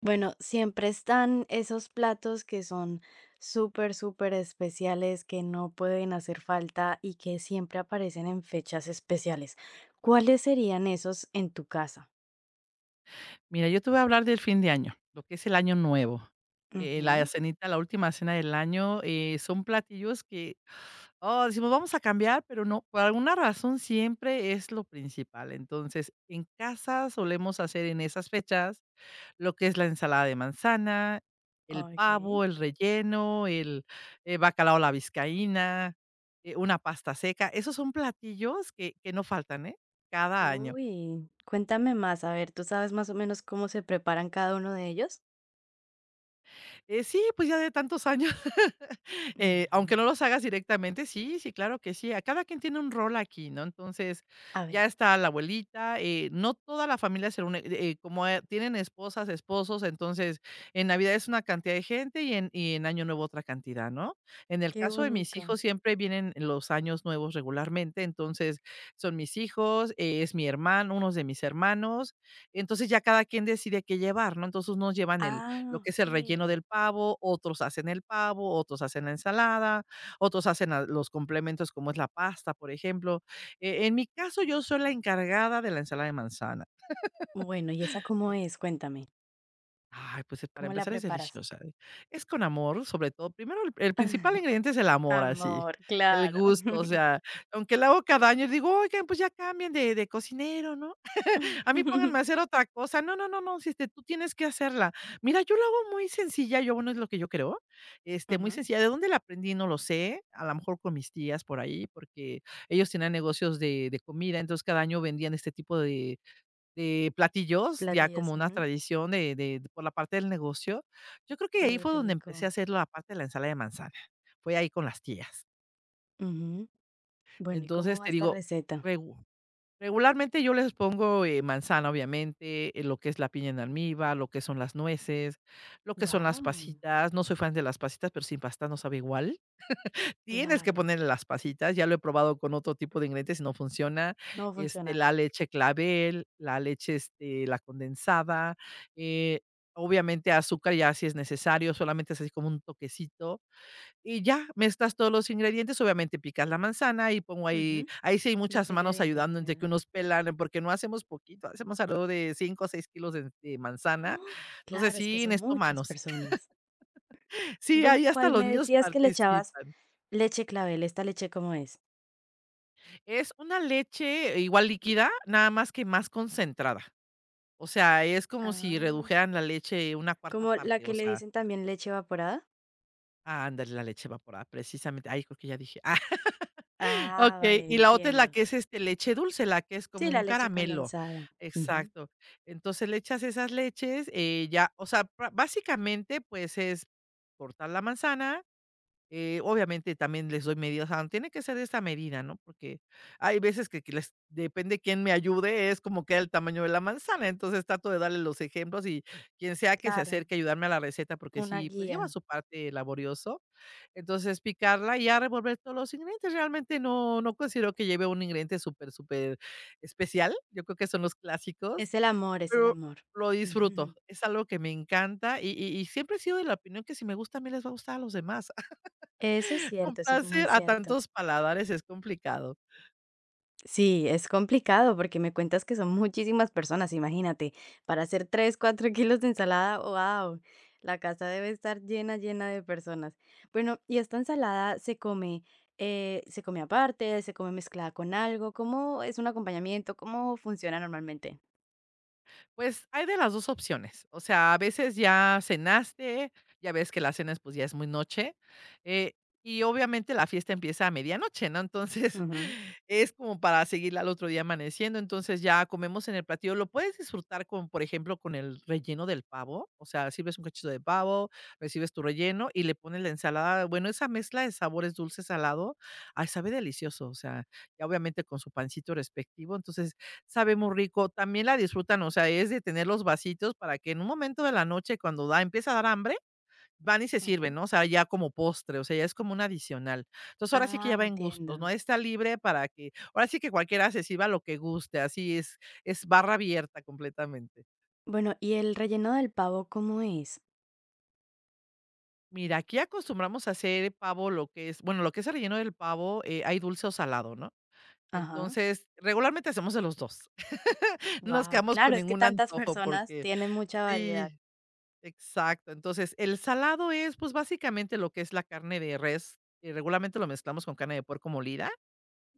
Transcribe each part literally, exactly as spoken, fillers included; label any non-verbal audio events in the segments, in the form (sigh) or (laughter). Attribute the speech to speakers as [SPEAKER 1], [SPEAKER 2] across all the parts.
[SPEAKER 1] Bueno, siempre están esos platos que son súper, súper especiales, que no pueden hacer falta y que siempre aparecen en fechas especiales. ¿Cuáles serían esos en tu casa?
[SPEAKER 2] Mira, yo te voy a hablar del fin de año, lo que es el año nuevo. Eh, la
[SPEAKER 1] Ujú,
[SPEAKER 2] cenita, la última cena del año, eh, son platillos que, oh, decimos, vamos a cambiar, pero no, por alguna razón siempre es lo principal. Entonces, en casa solemos hacer en esas fechas lo que es la ensalada de manzana, el
[SPEAKER 1] ok.
[SPEAKER 2] pavo, el relleno, el, eh, bacalao a la vizcaína, eh, una pasta seca. Esos son platillos que, que no faltan, ¿eh? Cada año.
[SPEAKER 1] Uy, cuéntame más, a ver, ¿tú sabes más o menos cómo se preparan cada uno de ellos?
[SPEAKER 2] Eh, sí, pues ya de tantos años, (laughs) eh, aunque
[SPEAKER 1] Ujú.
[SPEAKER 2] no los hagas directamente, sí, sí, claro que sí. A cada quien tiene un rol aquí, ¿no? Entonces,
[SPEAKER 1] A
[SPEAKER 2] ya
[SPEAKER 1] ver.
[SPEAKER 2] está la abuelita, eh, no toda la familia se reúne, eh, como eh, tienen esposas, esposos, entonces en Navidad es una cantidad de gente y en, y en Año Nuevo otra cantidad, ¿no? En el
[SPEAKER 1] Qué
[SPEAKER 2] caso de mis
[SPEAKER 1] bonito.
[SPEAKER 2] hijos siempre vienen los años nuevos regularmente, entonces son mis hijos, eh, es mi hermano, unos de mis hermanos, entonces ya cada quien decide qué llevar, ¿no? Entonces nos llevan el
[SPEAKER 1] Ah,
[SPEAKER 2] lo que es
[SPEAKER 1] ok.
[SPEAKER 2] el relleno del pavo, otros hacen el pavo, otros hacen la ensalada, otros hacen la los complementos como es la pasta, por ejemplo. E en mi caso, yo soy la encargada de la ensalada de manzana.
[SPEAKER 1] Bueno, ¿y esa cómo es? Cuéntame,
[SPEAKER 2] Ay, pues, eh, para
[SPEAKER 1] ¿cómo la
[SPEAKER 2] empezar es
[SPEAKER 1] preparas?
[SPEAKER 2] deliciosa, eh, es con amor, sobre todo. Primero, el el principal
[SPEAKER 1] (laughs)
[SPEAKER 2] ingrediente es el amor, así,
[SPEAKER 1] Amor,
[SPEAKER 2] el
[SPEAKER 1] claro.
[SPEAKER 2] gusto, o
[SPEAKER 1] (laughs)
[SPEAKER 2] sea, aunque la hago cada año, digo: "Oigan, pues, ya cambien de de cocinero", ¿no? A mí
[SPEAKER 1] (laughs)
[SPEAKER 2] pónganme a hacer otra cosa. No, no, no, no, si, este, tú tienes que hacerla. Mira, yo la hago muy sencilla, yo, bueno, es lo que yo creo, este, muy
[SPEAKER 1] Ujú,
[SPEAKER 2] sencilla. ¿De dónde la aprendí? No lo sé, a lo mejor con mis tías por ahí, porque ellos tenían negocios de de comida, entonces cada año vendían este tipo de de platillos, ya como
[SPEAKER 1] platillos,
[SPEAKER 2] una
[SPEAKER 1] ujú,
[SPEAKER 2] tradición de de de- por la parte del negocio. Yo creo que ahí
[SPEAKER 1] qué
[SPEAKER 2] fue donde empecé a
[SPEAKER 1] rico.
[SPEAKER 2] hacer la parte de la ensalada de manzana, fue ahí con las tías.
[SPEAKER 1] Ujú. Bueno, ¿y cómo
[SPEAKER 2] Entonces,
[SPEAKER 1] va
[SPEAKER 2] te
[SPEAKER 1] esta
[SPEAKER 2] digo,
[SPEAKER 1] receta?
[SPEAKER 2] regu regularmente yo les pongo, eh, manzana, obviamente, eh, lo que es la piña en almíbar, lo que son las nueces, lo que son las
[SPEAKER 1] Wow,
[SPEAKER 2] pasitas. No soy fan de las pasitas, pero sin pasta no sabe igual. Tienes que
[SPEAKER 1] claro,
[SPEAKER 2] ponerle las pasitas, ya lo he probado con otro tipo de ingredientes y no funciona.
[SPEAKER 1] no
[SPEAKER 2] Este,
[SPEAKER 1] funciona.
[SPEAKER 2] la leche clavel, la leche, este, la condensada, eh, obviamente azúcar ya si es necesario, solamente es así como un toquecito. Y ya, mezclas todos los ingredientes, obviamente picas la manzana y pongo ahí
[SPEAKER 1] Ujú,
[SPEAKER 2] ahí sí hay muchas
[SPEAKER 1] los
[SPEAKER 2] manos
[SPEAKER 1] ingredientes en
[SPEAKER 2] ayudando entre que
[SPEAKER 1] general.
[SPEAKER 2] unos pelan, eh, porque no hacemos poquito, hacemos alrededor de cinco o seis kilos de de manzana.
[SPEAKER 1] ¡Oh!
[SPEAKER 2] Entonces,
[SPEAKER 1] Claro, es que
[SPEAKER 2] sí,
[SPEAKER 1] son
[SPEAKER 2] necesito
[SPEAKER 1] muchas
[SPEAKER 2] manos. (laughs)
[SPEAKER 1] personas.
[SPEAKER 2] Sí,
[SPEAKER 1] Bueno,
[SPEAKER 2] ahí hasta
[SPEAKER 1] ¿cuál
[SPEAKER 2] los
[SPEAKER 1] me
[SPEAKER 2] niños
[SPEAKER 1] decías que le echabas
[SPEAKER 2] participan.
[SPEAKER 1] leche clavel? ¿Esta leche cómo es?
[SPEAKER 2] Es una leche igual líquida, nada más que más concentrada. O sea, es como si
[SPEAKER 1] Ah,
[SPEAKER 2] redujeran la leche una cuarta
[SPEAKER 1] como la
[SPEAKER 2] parte, o
[SPEAKER 1] que le
[SPEAKER 2] sea
[SPEAKER 1] dicen también leche evaporada.
[SPEAKER 2] ah, ándale, la leche evaporada, precisamente. Ay, creo que ya dije. (laughs)
[SPEAKER 1] Ah,
[SPEAKER 2] Okey,
[SPEAKER 1] vale,
[SPEAKER 2] y la otra es la
[SPEAKER 1] entiendo.
[SPEAKER 2] que es, este, leche dulce, la que es
[SPEAKER 1] Sí,
[SPEAKER 2] como
[SPEAKER 1] la
[SPEAKER 2] un
[SPEAKER 1] leche
[SPEAKER 2] caramelo.
[SPEAKER 1] condensada. Ujú.
[SPEAKER 2] Exacto. Entonces, le echas esas leches, eh, ya, o sea, pra básicamente, pues, es cortar la manzana eh, obviamente también les doy medidas, o sea, tiene que ser de esa medida, ¿no? Porque hay veces que que les depende quién me ayude, es como queda el tamaño de la manzana. Entonces trato de darle los ejemplos y quien sea que se
[SPEAKER 1] Claro,
[SPEAKER 2] acerque a ayudarme a la receta, porque
[SPEAKER 1] una
[SPEAKER 2] sí, pues lleva
[SPEAKER 1] guía.
[SPEAKER 2] su parte laborioso. Entonces picarla y ya revolver todos los ingredientes. Realmente no, no considero que lleve un ingrediente súper, súper especial. Yo creo que son los clásicos,
[SPEAKER 1] Es el amor, es el
[SPEAKER 2] pero
[SPEAKER 1] amor.
[SPEAKER 2] lo disfruto.
[SPEAKER 1] Ujú.
[SPEAKER 2] Es algo que me encanta y, y y siempre he sido de la opinión que si me gusta a mí les va a gustar a los demás.
[SPEAKER 1] Eso es
[SPEAKER 2] (laughs)
[SPEAKER 1] cierto, eso es muy
[SPEAKER 2] Complacer a
[SPEAKER 1] cierto.
[SPEAKER 2] tantos paladares es complicado.
[SPEAKER 1] Sí, es complicado porque me cuentas que son muchísimas personas, imagínate, para hacer tres, cuatro (laughs) kilos de ensalada, wow, la casa debe estar llena, llena de personas. Bueno, ¿y esta ensalada se come, eh, se come aparte, se come mezclada con algo? ¿Cómo es un acompañamiento? ¿Cómo funciona normalmente?
[SPEAKER 2] Pues, hay de las dos opciones. O sea, a veces ya cenaste, ya ves que la cena es pues, ya es muy noche, eh, y obviamente la fiesta empieza a medianoche, ¿no? Entonces,
[SPEAKER 1] Ujú.
[SPEAKER 2] (laughs) es como para seguirla al otro día amaneciendo. Entonces, ya comemos en el platillo. Lo puedes disfrutar con, por ejemplo, con el relleno del pavo. O sea, sirves un cachito de pavo, recibes tu relleno y le pones la ensalada. Bueno, esa mezcla de sabores dulce, salado, ay, sabe delicioso. O sea, ya obviamente con su pancito respectivo. Entonces, sabe muy rico, también la disfrutan, o sea, es de tener los vasitos para que en un momento de la noche, cuando da empieza a dar hambre, van y se sirven,
[SPEAKER 1] Ujú.
[SPEAKER 2] ¿no? O sea, ya como postre, o sea, ya es como un adicional. Entonces, ahora sí que
[SPEAKER 1] Ah,
[SPEAKER 2] ya va en gustos, ¿no?
[SPEAKER 1] entiendo.
[SPEAKER 2] Está libre para que ahora sí que cualquiera se sirva lo que guste, así es es barra abierta completamente.
[SPEAKER 1] Bueno, ¿y el relleno del pavo cómo es?
[SPEAKER 2] Mira, aquí acostumbramos a hacer pavo, lo que es bueno, lo que es el relleno del pavo, eh, hay dulce o salado, ¿no?
[SPEAKER 1] Ajá.
[SPEAKER 2] Entonces, regularmente hacemos de los dos. (laughs) No nos
[SPEAKER 1] Wow,
[SPEAKER 2] quedamos con
[SPEAKER 1] claro, es que
[SPEAKER 2] ningún
[SPEAKER 1] tantas
[SPEAKER 2] antojo
[SPEAKER 1] personas
[SPEAKER 2] porque
[SPEAKER 1] tienen mucha variedad.
[SPEAKER 2] sí. Exacto. Entonces, el salado es, pues, básicamente lo que es la carne de res, y regularmente lo mezclamos con carne de puerco molida.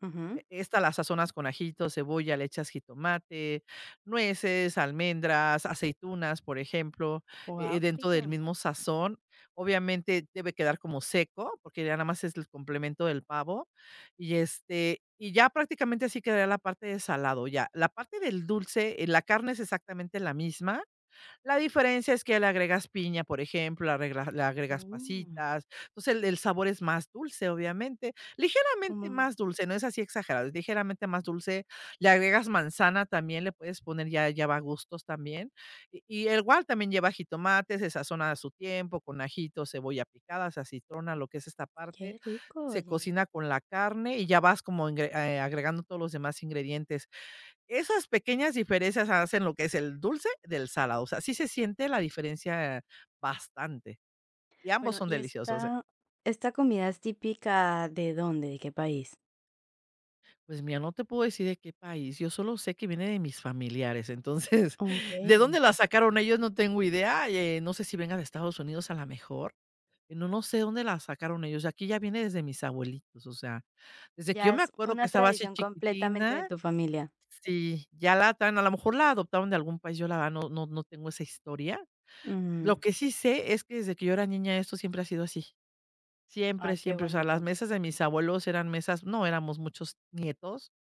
[SPEAKER 1] Ujú.
[SPEAKER 2] E esta la sazonas con ajito, cebolla, le echas jitomate, nueces, almendras, aceitunas, por ejemplo, eh, eh,
[SPEAKER 1] Wow, qué
[SPEAKER 2] dentro del
[SPEAKER 1] rico.
[SPEAKER 2] mismo sazón. Obviamente debe quedar como seco, porque ya nada más es el complemento del pavo. Y, este, y ya prácticamente así quedaría la parte de salado, ya. La parte del dulce, eh, la carne es exactamente la misma, la diferencia es que le agregas piña, por ejemplo, le arreglas le agregas
[SPEAKER 1] Mm,
[SPEAKER 2] pasitas. Entonces, el el sabor es más dulce, obviamente,
[SPEAKER 1] como
[SPEAKER 2] ligeramente más dulce, no es así exagerado, es ligeramente más dulce. Le agregas manzana también, le puedes poner ya ya va a gustos también. Y y el gual también lleva jitomate, se sazona a su tiempo con ajito, cebolla picada, se acitrona, lo que es esta parte.
[SPEAKER 1] qué rico,
[SPEAKER 2] Se
[SPEAKER 1] oye.
[SPEAKER 2] cocina con la carne y ya vas como ingre eh, agregando todos los demás ingredientes. Esas pequeñas diferencias hacen lo que es el dulce del salado, o sea, sí se siente la diferencia bastante, y ambos
[SPEAKER 1] Bueno,
[SPEAKER 2] son
[SPEAKER 1] ¿y
[SPEAKER 2] deliciosos, eh.
[SPEAKER 1] esta esta comida es típica de dónde? ¿De qué país?
[SPEAKER 2] Pues mira, no te puedo decir de qué país, yo solo sé que viene de mis familiares, entonces, (laughs) de dónde
[SPEAKER 1] Okey.
[SPEAKER 2] la sacaron ellos no tengo idea, eh, no sé si venga de Estados Unidos a la mejor, eh, no no sé dónde la sacaron ellos, aquí ya viene desde mis abuelitos, o sea, desde que yo
[SPEAKER 1] Ya
[SPEAKER 2] me
[SPEAKER 1] es
[SPEAKER 2] acuerdo que
[SPEAKER 1] una
[SPEAKER 2] estaba así
[SPEAKER 1] tradición completamente de
[SPEAKER 2] chiquitina,
[SPEAKER 1] tu familia.
[SPEAKER 2] sí, ya la tan, a lo mejor la adoptaron de algún país, yo la verdad no no no tengo esa historia. Lo
[SPEAKER 1] Mm.
[SPEAKER 2] que sí sé es que desde que yo era niña esto siempre ha sido así. Siempre,
[SPEAKER 1] Ay, qué
[SPEAKER 2] siempre. O sea, las
[SPEAKER 1] bonito.
[SPEAKER 2] mesas de mis abuelos eran mesas no éramos muchos nietos.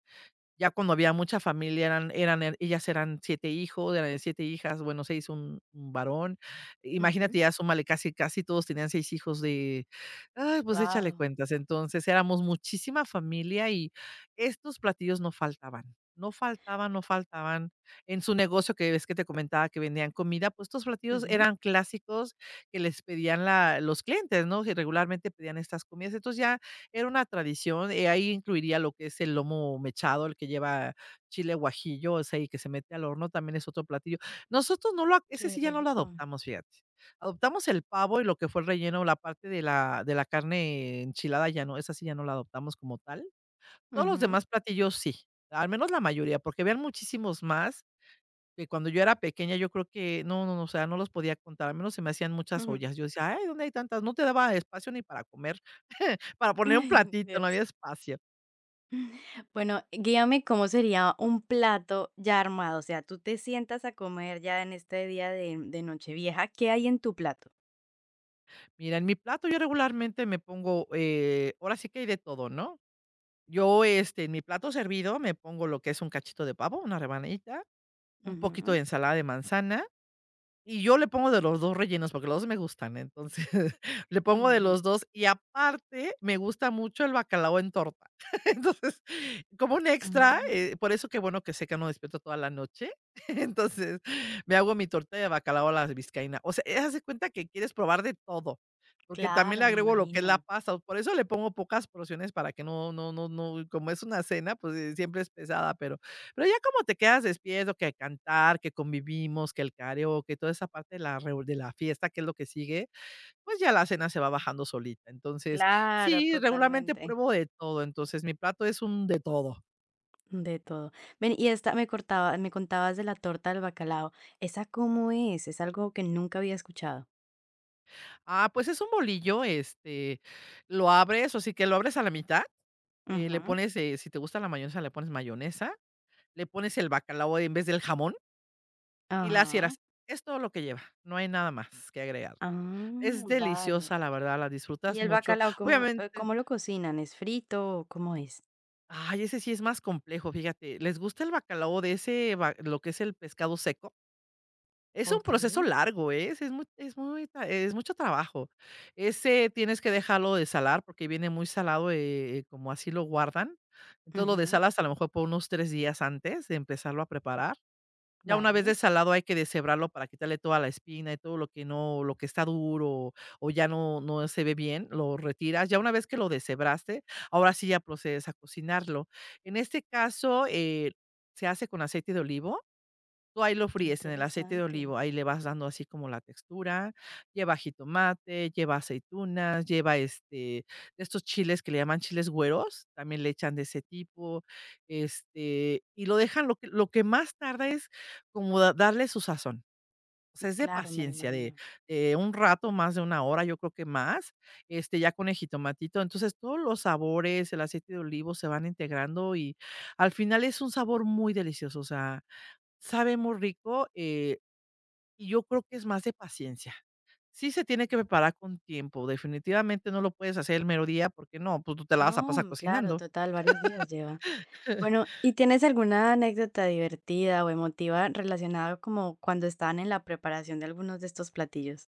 [SPEAKER 2] Ya cuando había mucha familia eran eran er ellas eran siete hijos, eran siete hijas, bueno, seis un un varón.
[SPEAKER 1] Ujú.
[SPEAKER 2] Imagínate, ya súmale casi casi todos tenían seis hijos de ay, pues échale
[SPEAKER 1] Guau.
[SPEAKER 2] cuentas. Entonces, éramos muchísima familia y estos platillos no faltaban, no faltaban, no faltaban. En su negocio que ves que te comentaba que vendían comida, pues estos platillos
[SPEAKER 1] Ujú.
[SPEAKER 2] eran clásicos que les pedían la los clientes, ¿no? Que regularmente pedían estas comidas. Entonces ya era una tradición, eh, ahí incluiría lo que es el lomo mechado, el que lleva chile guajillo, o sea, y que se mete al horno, también es otro platillo. Nosotros no lo A ese
[SPEAKER 1] Qué
[SPEAKER 2] sí ya no lo
[SPEAKER 1] rico.
[SPEAKER 2] adoptamos, fíjate. Adoptamos el pavo y lo que fue el relleno, la parte de la de la carne enchilada ya no, esa sí ya no la adoptamos como tal. Todos los
[SPEAKER 1] Ujú.
[SPEAKER 2] demás platillos sí, al menos la mayoría, porque vean muchísimos más que cuando yo era pequeña, yo creo que no, no, no, o sea, no los podía contar, al menos se me hacían muchas
[SPEAKER 1] Ujú.
[SPEAKER 2] ollas. Yo decía: "Ay, ¿dónde hay tantas?". No te daba espacio ni para comer, para
[SPEAKER 1] (laughs)
[SPEAKER 2] poner un
[SPEAKER 1] Ay,
[SPEAKER 2] platito, no
[SPEAKER 1] Dios.
[SPEAKER 2] había espacio.
[SPEAKER 1] Bueno, guíame cómo sería un plato ya armado. O sea, tú te sientas a comer ya en este día de, de Nochevieja. ¿Qué hay en tu plato?
[SPEAKER 2] Mira, en mi plato yo regularmente me pongo, eh, ahora sí que hay de todo, ¿no? Yo, este, en mi plato servido me pongo lo que es un cachito de pavo, una rebanadita, un poquito de
[SPEAKER 1] Ujú,
[SPEAKER 2] ensalada de manzana, y yo le pongo de los dos rellenos, porque los dos me gustan, ¿eh? Entonces, (laughs) le pongo de
[SPEAKER 1] ujú,
[SPEAKER 2] los dos y aparte me gusta mucho el bacalao en torta. (laughs) Entonces, como un extra,
[SPEAKER 1] mm.
[SPEAKER 2] eh, por eso qué bueno que sé que no despierto toda la noche. (laughs) Entonces, me hago mi torta de bacalao a la vizcaína. O sea, eh, haz de cuenta que quieres probar de todo, porque también
[SPEAKER 1] Claro,
[SPEAKER 2] le
[SPEAKER 1] me
[SPEAKER 2] agrego lo que es la
[SPEAKER 1] imagino.
[SPEAKER 2] pasta, por eso le pongo pocas porciones para que no no no no como es una cena, pues, eh, siempre es pesada, pero pero ya como te quedas despierto, que cantar, que convivimos, que el karaoke, toda esa parte de la reu de la fiesta, que es lo que sigue, pues ya la cena se va bajando solita. Entonces,
[SPEAKER 1] Claro,
[SPEAKER 2] sí, regularmente
[SPEAKER 1] totalmente.
[SPEAKER 2] pruebo de todo. Entonces, mi plato es un de todo.
[SPEAKER 1] De todo. Ven, y esta me cortaba, me contabas de la torta del bacalao. ¿Esa cómo es? Es algo que nunca había escuchado.
[SPEAKER 2] Ah, pues es un bolillo, este, lo abres, o sí que lo abres a la mitad, eh, le
[SPEAKER 1] Ujú.
[SPEAKER 2] pones, eh, si te gusta la mayonesa, le pones mayonesa, le pones el bacalao en vez del jamón y la
[SPEAKER 1] Ajá.
[SPEAKER 2] cierras. Es todo lo que lleva, no hay nada más que agregar.
[SPEAKER 1] Ah,
[SPEAKER 2] Es
[SPEAKER 1] vale.
[SPEAKER 2] deliciosa, la verdad, la
[SPEAKER 1] ¿Y
[SPEAKER 2] disfrutas
[SPEAKER 1] el
[SPEAKER 2] mucho.
[SPEAKER 1] bacalao cómo, eh,
[SPEAKER 2] Obviamente.
[SPEAKER 1] cómo lo cocinan? ¿Es frito o cómo es?
[SPEAKER 2] Ay, ese sí es más complejo, fíjate. ¿Les gusta el bacalao de ese ba lo que es el pescado seco? Es un
[SPEAKER 1] Ok.
[SPEAKER 2] proceso largo, ¿eh? Es es muy es muy tra es mucho trabajo. Ese tienes que dejarlo desalar porque viene muy salado, eh, como así lo guardan. Entonces, lo
[SPEAKER 1] Ujú.
[SPEAKER 2] desalas a lo mejor por unos tres días antes de empezarlo a preparar. Ya una
[SPEAKER 1] Vale,
[SPEAKER 2] vez desalado hay que deshebrarlo para quitarle toda la espina y todo lo que no lo que está duro o ya no no se ve bien, lo retiras. Ya una vez que lo deshebraste, ahora sí ya procedes a cocinarlo. En este caso, eh, se hace con aceite de olivo. Tú ahí lo
[SPEAKER 1] qué
[SPEAKER 2] fríes en el aceite de
[SPEAKER 1] interesante.
[SPEAKER 2] olivo, ahí le vas dando así como la textura, lleva jitomate, lleva aceitunas, lleva, este, de estos chiles que le llaman chiles güeros, también le echan de ese tipo, este, y lo dejan, lo que lo que más tarda es como da darle su sazón. O sea, es de
[SPEAKER 1] Claro, me lo
[SPEAKER 2] paciencia, de
[SPEAKER 1] imagino.
[SPEAKER 2] de un rato, más de una hora, yo creo que más, este, ya con el jitomatito. Entonces, todos los sabores, el aceite de olivo se van integrando y al final es un sabor muy delicioso, o sea, sabe muy rico, eh, y yo creo que es más de paciencia. Sí se tiene que preparar con tiempo, definitivamente no lo puedes hacer el mero día, porque no, pues, tú te la vas a
[SPEAKER 1] No,
[SPEAKER 2] pasar
[SPEAKER 1] mm, claro,
[SPEAKER 2] cocinando.
[SPEAKER 1] total, varios días lleva. Bueno, ¿y tienes alguna anécdota divertida o emotiva relacionada como cuando estaban en la preparación de algunos de estos platillos?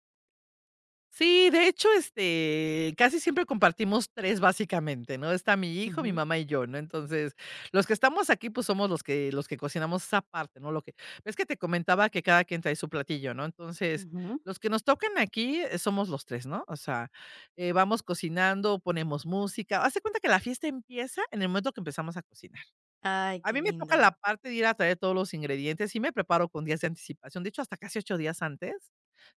[SPEAKER 2] Sí, de hecho, este, casi siempre compartimos tres básicamente, ¿no? Está mi hijo, mi
[SPEAKER 1] Ujú,
[SPEAKER 2] mamá y yo, ¿no? Entonces, los que estamos aquí, pues, somos los que los que cocinamos esa parte, ¿no? Lo que es que te comentaba que cada quien trae su platillo, ¿no? Entonces,
[SPEAKER 1] ujú.
[SPEAKER 2] los que nos tocan aquí, eh, somos los tres, ¿no? O sea, eh, vamos cocinando, ponemos música. Haz de cuenta que la fiesta empieza en el momento que empezamos a cocinar.
[SPEAKER 1] Ay,
[SPEAKER 2] A
[SPEAKER 1] qué
[SPEAKER 2] mí me toca la
[SPEAKER 1] lindo.
[SPEAKER 2] parte de ir a traer todos los ingredientes, y me preparo con días de anticipación, de hecho, hasta casi ocho días antes.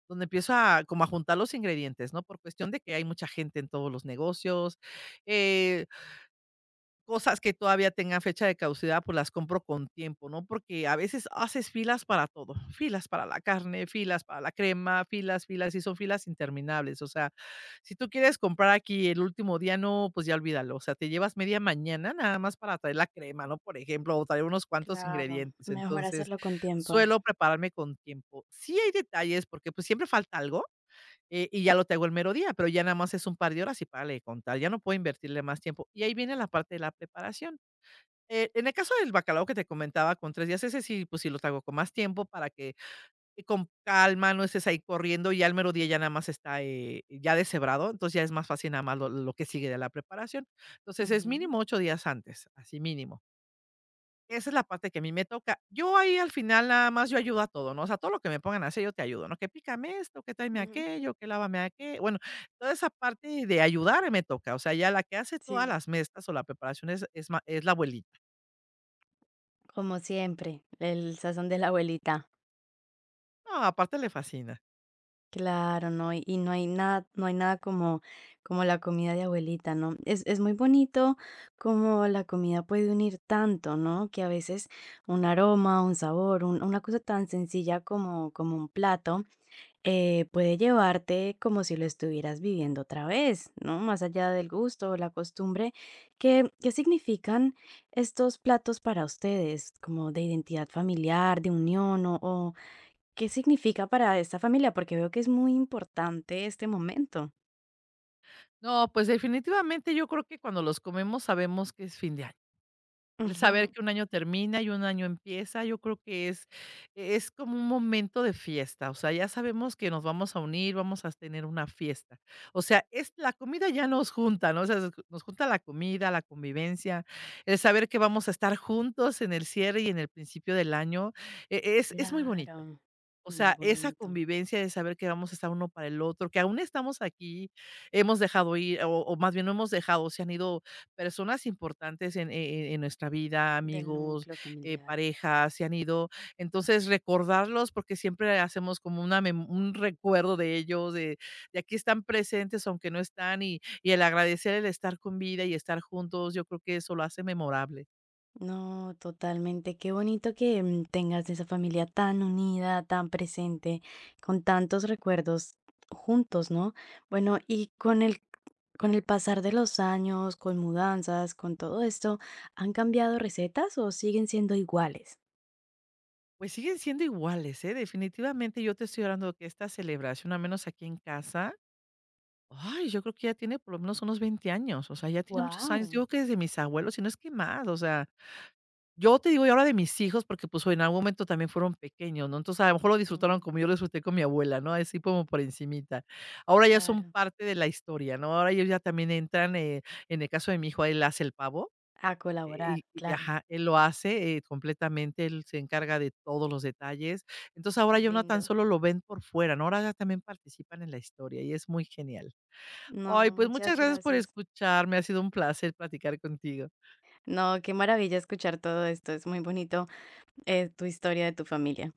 [SPEAKER 2] Donde empiezo a como a juntar los ingredientes, ¿no? Por cuestión de que hay mucha gente en todos los negocios, eh, cosas que todavía tengan fecha de caducidad, pues las compro con tiempo, ¿no? Porque a veces haces filas para todo, filas para la carne, filas para la crema, filas, filas, y son filas interminables. O sea, si tú quieres comprar aquí el último día, no, pues ya olvídalo. O sea, te llevas media mañana nada más para traer la crema, ¿no? Por ejemplo, o traer unos cuantos
[SPEAKER 1] Claro,
[SPEAKER 2] ingredientes.
[SPEAKER 1] mejor
[SPEAKER 2] Entonces,
[SPEAKER 1] hacerlo con tiempo.
[SPEAKER 2] suelo prepararme con tiempo. Sí hay detalles, porque pues siempre falta algo, eh, y ya lo tengo el mero día, pero ya nada más es un par de horas y párale de contar, ya no puedo invertirle más tiempo. Y ahí viene la parte de la preparación. Eh, en el caso del bacalao que te comentaba con tres días, ese sí, pues sí lo hago con más tiempo para que eh, con calma, no estés ahí corriendo y ya el mero día ya nada más está, eh, ya deshebrado, entonces ya es más fácil nada más lo lo que sigue de la preparación. Entonces es
[SPEAKER 1] Ujú,
[SPEAKER 2] mínimo ocho días antes, así mínimo. Esa es la parte que a mí me toca. Yo ahí al final nada más yo ayudo a todo, ¿no? O sea, todo lo que me pongan a hacer yo te ayudo, ¿no? Que pícame esto, que tráeme
[SPEAKER 1] ujú.
[SPEAKER 2] aquello, que lávame aquello. Bueno, toda esa parte de ayudar me toca. O sea, ya la que hace todas
[SPEAKER 1] Sí,
[SPEAKER 2] las mesas o la preparación es, es, ma- es la abuelita.
[SPEAKER 1] como siempre, el sazón de la abuelita.
[SPEAKER 2] No, aparte le fascina.
[SPEAKER 1] Claro, no, y y no hay nada, no hay nada como como la comida de abuelita, ¿no? Es es muy bonito como la comida puede unir tanto, ¿no? Que a veces un aroma, un sabor, un una cosa tan sencilla como como un plato, eh, puede llevarte como si lo estuvieras viviendo otra vez, ¿no? Más allá del gusto o la costumbre, ¿qué qué significan estos platos para ustedes? Como de identidad familiar, de unión o ¿qué significa para esta familia? Porque veo que es muy importante este momento.
[SPEAKER 2] No, pues definitivamente yo creo que cuando los comemos sabemos que es fin de año. El saber
[SPEAKER 1] Ujú.
[SPEAKER 2] que un año termina y un año empieza, yo creo que es es como un momento de fiesta, o sea, ya sabemos que nos vamos a unir, vamos a tener una fiesta. O sea, es la comida ya nos junta, ¿no? O sea, nos nos junta la comida, la convivencia, el saber que vamos a estar juntos en el cierre y en el principio del año, e es es muy bonito.
[SPEAKER 1] Claro,
[SPEAKER 2] O
[SPEAKER 1] muy
[SPEAKER 2] sea, esa
[SPEAKER 1] bonito,
[SPEAKER 2] convivencia de saber que vamos a estar uno para el otro, que aún estamos aquí, hemos dejado ir, o, o más bien no hemos dejado, se han ido personas importantes en, e- en nuestra vida,
[SPEAKER 1] del
[SPEAKER 2] amigos,
[SPEAKER 1] núcleo
[SPEAKER 2] eh,
[SPEAKER 1] familiar.
[SPEAKER 2] parejas, se han ido. Entonces, recordarlos, porque siempre hacemos como una mem- un recuerdo de ellos, de, de aquí están presentes, aunque no están, y, y el agradecer el estar con vida y estar juntos, yo creo que eso lo hace memorable.
[SPEAKER 1] No, totalmente. Qué bonito que mm, tengas esa familia tan unida, tan presente, con tantos recuerdos juntos, ¿no? Bueno, y con el, con el pasar de los años, con mudanzas, con todo esto, ¿han cambiado recetas o siguen siendo iguales?
[SPEAKER 2] Pues siguen siendo iguales, ¿eh? Definitivamente yo te estoy hablando que esta celebración, al menos aquí en casa, ay, yo creo que ya tiene por lo menos unos veinte años, o sea, ya tiene muchos años,
[SPEAKER 1] Wow.
[SPEAKER 2] digo que desde mis abuelos, si no es que más, o sea, yo te digo, y ahora de mis hijos, porque pues en algún momento también fueron pequeños, ¿no? Entonces a lo mejor lo disfrutaron como yo lo disfruté con mi abuela, ¿no? Así como por encimita. Ahora ya son
[SPEAKER 1] Claro.
[SPEAKER 2] parte de la historia, ¿no? Ahora ellos ya también entran, eh, en el caso de mi hijo, él hace el pavo,
[SPEAKER 1] A colaborar,
[SPEAKER 2] eh, y y
[SPEAKER 1] claro.
[SPEAKER 2] ajá, él lo hace, eh, completamente, él se encarga de todos los detalles. Entonces, ahora
[SPEAKER 1] Qué
[SPEAKER 2] ya no tan
[SPEAKER 1] lindo.
[SPEAKER 2] solo lo ven por fuera, ¿no? Ahora ya también participan en la historia y es muy genial. Ay,
[SPEAKER 1] No,
[SPEAKER 2] pues muchas
[SPEAKER 1] muchas
[SPEAKER 2] gracias por
[SPEAKER 1] gracias.
[SPEAKER 2] escucharme, ha sido un placer platicar contigo.
[SPEAKER 1] No, qué maravilla escuchar todo esto. Es muy bonito eh, tu historia de tu familia.